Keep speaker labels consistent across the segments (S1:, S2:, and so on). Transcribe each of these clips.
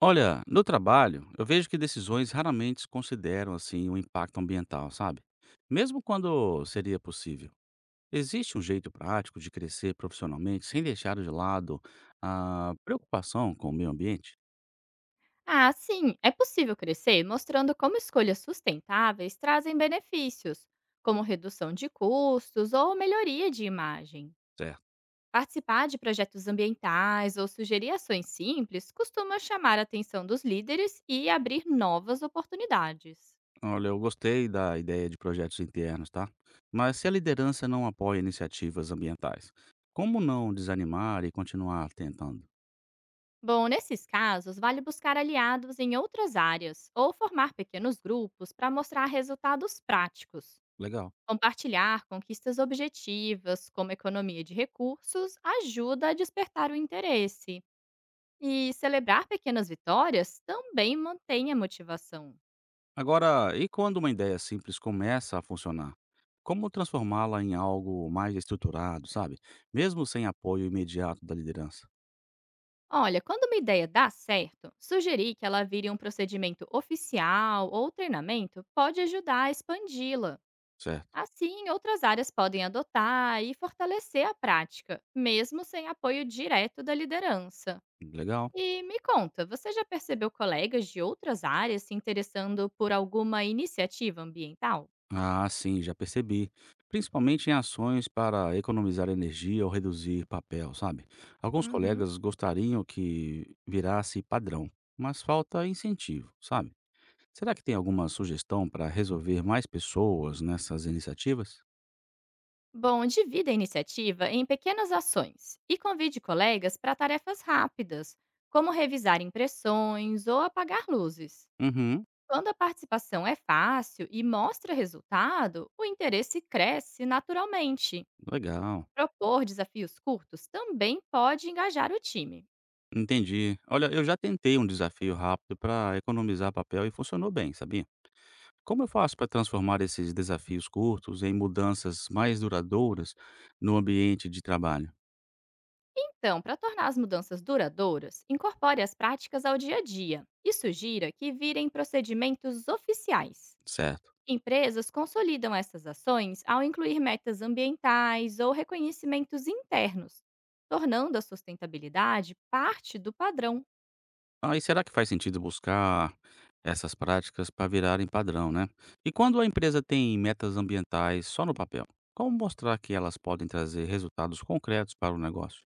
S1: Olha, no trabalho, eu vejo que decisões raramente consideram assim o impacto ambiental, sabe? Mesmo quando seria possível. Existe um jeito prático de crescer profissionalmente sem deixar de lado a preocupação com o meio ambiente?
S2: Ah, sim, é possível crescer mostrando como escolhas sustentáveis trazem benefícios, como redução de custos ou melhoria de imagem.
S1: Certo.
S2: Participar de projetos ambientais ou sugerir ações simples costuma chamar a atenção dos líderes e abrir novas oportunidades.
S1: Olha, eu gostei da ideia de projetos internos, tá? Mas se a liderança não apoia iniciativas ambientais, como não desanimar e continuar tentando?
S2: Bom, nesses casos, vale buscar aliados em outras áreas ou formar pequenos grupos para mostrar resultados práticos.
S1: Legal.
S2: Compartilhar conquistas objetivas, como economia de recursos, ajuda a despertar o interesse. E celebrar pequenas vitórias também mantém a motivação.
S1: Agora, e quando uma ideia simples começa a funcionar? Como transformá-la em algo mais estruturado, sabe? Mesmo sem apoio imediato da liderança,
S2: Olha, quando uma ideia dá certo, sugerir que ela vire um procedimento oficial ou treinamento pode ajudar a expandi-la.
S1: certo?
S2: Assim, outras áreas podem adotar e fortalecer a prática, mesmo sem apoio direto da liderança.
S1: Legal?
S2: E me conta, você já percebeu colegas de outras áreas se interessando por alguma iniciativa ambiental?
S1: Ah, sim, já percebi. Principalmente em ações para economizar energia ou reduzir papel, sabe? Alguns
S2: Uhum.
S1: colegas gostariam que virasse padrão, mas falta incentivo, sabe? Será que tem alguma sugestão para resolver mais pessoas nessas iniciativas?
S2: Bom, divida a iniciativa em pequenas ações e convide colegas para tarefas rápidas, como revisar impressões ou apagar luzes.
S1: Uhum,
S2: Quando a participação é fácil e mostra resultado, o interesse cresce naturalmente.
S1: legal.
S2: Propor desafios curtos também pode engajar o time.
S1: Entendi. Olha, eu já tentei um desafio rápido para economizar papel e funcionou bem, sabia? Como eu faço para transformar esses desafios curtos em mudanças mais duradouras no ambiente de trabalho?
S2: Então, para tornar as mudanças duradouras, incorpore as práticas ao dia a dia e sugira que virem procedimentos oficiais.
S1: Certo.
S2: Empresas consolidam essas ações ao incluir metas ambientais ou reconhecimentos internos, tornando a sustentabilidade parte do padrão.
S1: Aí será que faz sentido buscar essas práticas para virarem padrão, né? E quando a empresa tem metas ambientais só no papel, como mostrar que elas podem trazer resultados concretos para o negócio?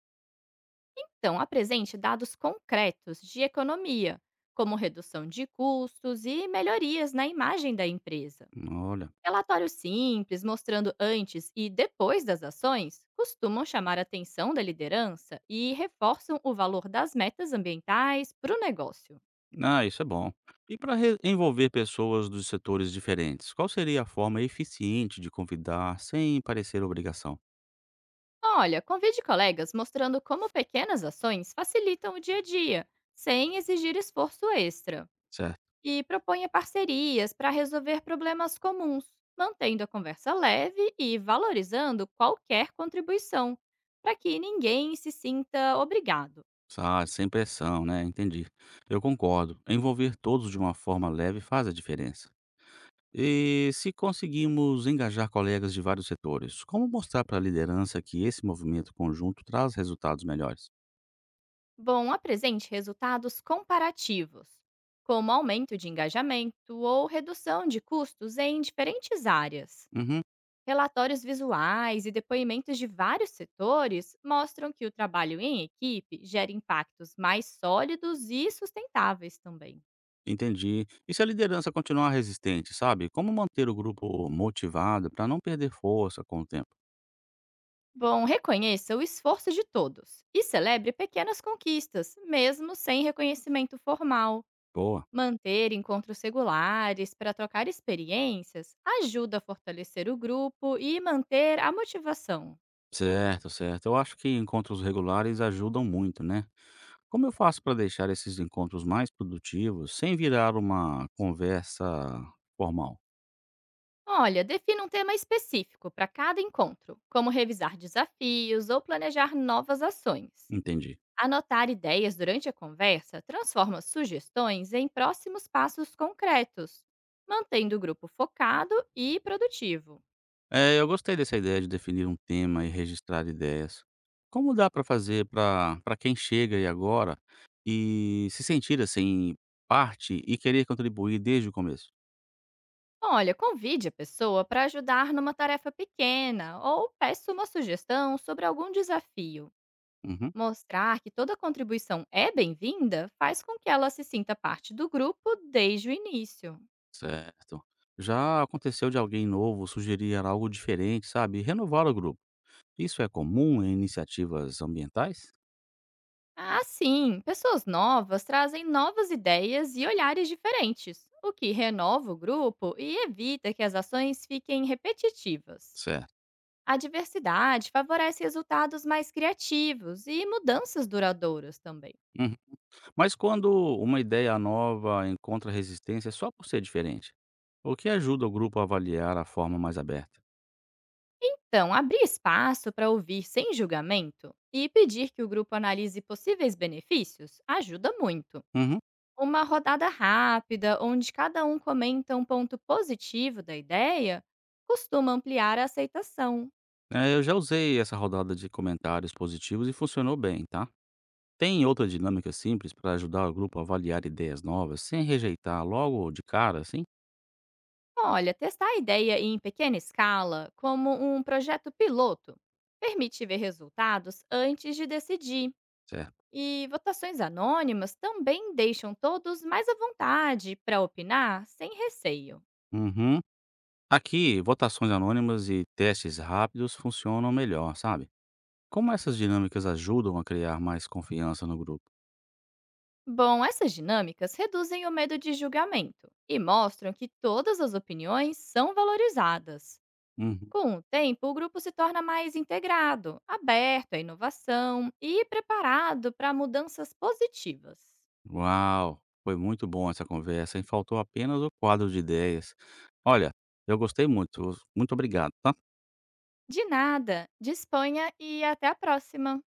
S2: Então, apresente dados concretos de economia, como redução de custos e melhorias na imagem da empresa.
S1: Olha.
S2: Relatórios simples, mostrando antes e depois das ações, costumam chamar a atenção da liderança e reforçam o valor das metas ambientais para o negócio.
S1: Ah, isso é bom. E para envolver pessoas dos setores diferentes, qual seria a forma eficiente de convidar sem parecer obrigação?
S2: Olha, convide colegas mostrando como pequenas ações facilitam o dia a dia, sem exigir esforço extra.
S1: Certo.
S2: E proponha parcerias para resolver problemas comuns, mantendo a conversa leve e valorizando qualquer contribuição, para que ninguém se sinta obrigado.
S1: Ah, sem pressão, né? Entendi. Eu concordo. Envolver todos de uma forma leve faz a diferença. E se conseguimos engajar colegas de vários setores, como mostrar para a liderança que esse movimento conjunto traz resultados melhores?
S2: Bom, apresente resultados comparativos, como aumento de engajamento ou redução de custos em diferentes áreas.
S1: Uhum,
S2: Relatórios visuais e depoimentos de vários setores mostram que o trabalho em equipe gera impactos mais sólidos e sustentáveis também.
S1: entendi. E se a liderança continuar resistente, sabe? Como manter o grupo motivado para não perder força com o tempo?
S2: Bom, reconheça o esforço de todos e celebre pequenas conquistas, mesmo sem reconhecimento formal.
S1: Boa.
S2: Manter encontros regulares para trocar experiências ajuda a fortalecer o grupo e manter a motivação.
S1: Certo, certo. Eu acho que encontros regulares ajudam muito, né? Como eu faço para deixar esses encontros mais produtivos sem virar uma conversa formal?
S2: Olha, defina um tema específico para cada encontro, como revisar desafios ou planejar novas ações.
S1: Entendi.
S2: Anotar ideias durante a conversa transforma sugestões em próximos passos concretos, mantendo o grupo focado e produtivo.
S1: É, eu gostei dessa ideia de definir um tema e registrar ideias. Como dá para fazer para quem chega e agora e se sentir assim parte e querer contribuir desde o começo?
S2: Olha, convide a pessoa para ajudar numa tarefa pequena ou peça uma sugestão sobre algum desafio.
S1: Uhum.
S2: Mostrar que toda contribuição é bem-vinda faz com que ela se sinta parte do grupo desde o início.
S1: Certo. Já aconteceu de alguém novo sugerir algo diferente, sabe? E renovar o grupo. Isso é comum em iniciativas ambientais?
S2: Assim, pessoas novas trazem novas ideias e olhares diferentes, o que renova o grupo e evita que as ações fiquem repetitivas.
S1: Certo.
S2: A diversidade favorece resultados mais criativos e mudanças duradouras também.
S1: Uhum. Mas quando uma ideia nova encontra resistência é só por ser diferente, o que ajuda o grupo a avaliar a forma mais aberta?
S2: Então, abrir espaço para ouvir sem julgamento e pedir que o grupo analise possíveis benefícios ajuda muito.
S1: Uhum.
S2: Uma rodada rápida, onde cada um comenta um ponto positivo da ideia, costuma ampliar a aceitação.
S1: É, eu já usei essa rodada de comentários positivos e funcionou bem, tá? Tem outra dinâmica simples para ajudar o grupo a avaliar ideias novas sem rejeitar logo de cara, assim?
S2: Olha, testar a ideia em pequena escala, como um projeto piloto, permite ver resultados antes de decidir.
S1: Certo.
S2: E votações anônimas também deixam todos mais à vontade para opinar sem receio.
S1: Uhum. Aqui, votações anônimas e testes rápidos funcionam melhor, sabe? Como essas dinâmicas ajudam a criar mais confiança no grupo?
S2: Bom, essas dinâmicas reduzem o medo de julgamento e mostram que todas as opiniões são valorizadas.
S1: Uhum.
S2: Com o tempo, o grupo se torna mais integrado, aberto à inovação e preparado para mudanças positivas.
S1: Uau! Foi muito bom essa conversa e faltou apenas o quadro de ideias. Olha, eu gostei muito. Muito obrigado, tá?
S2: De nada, disponha e até a próxima!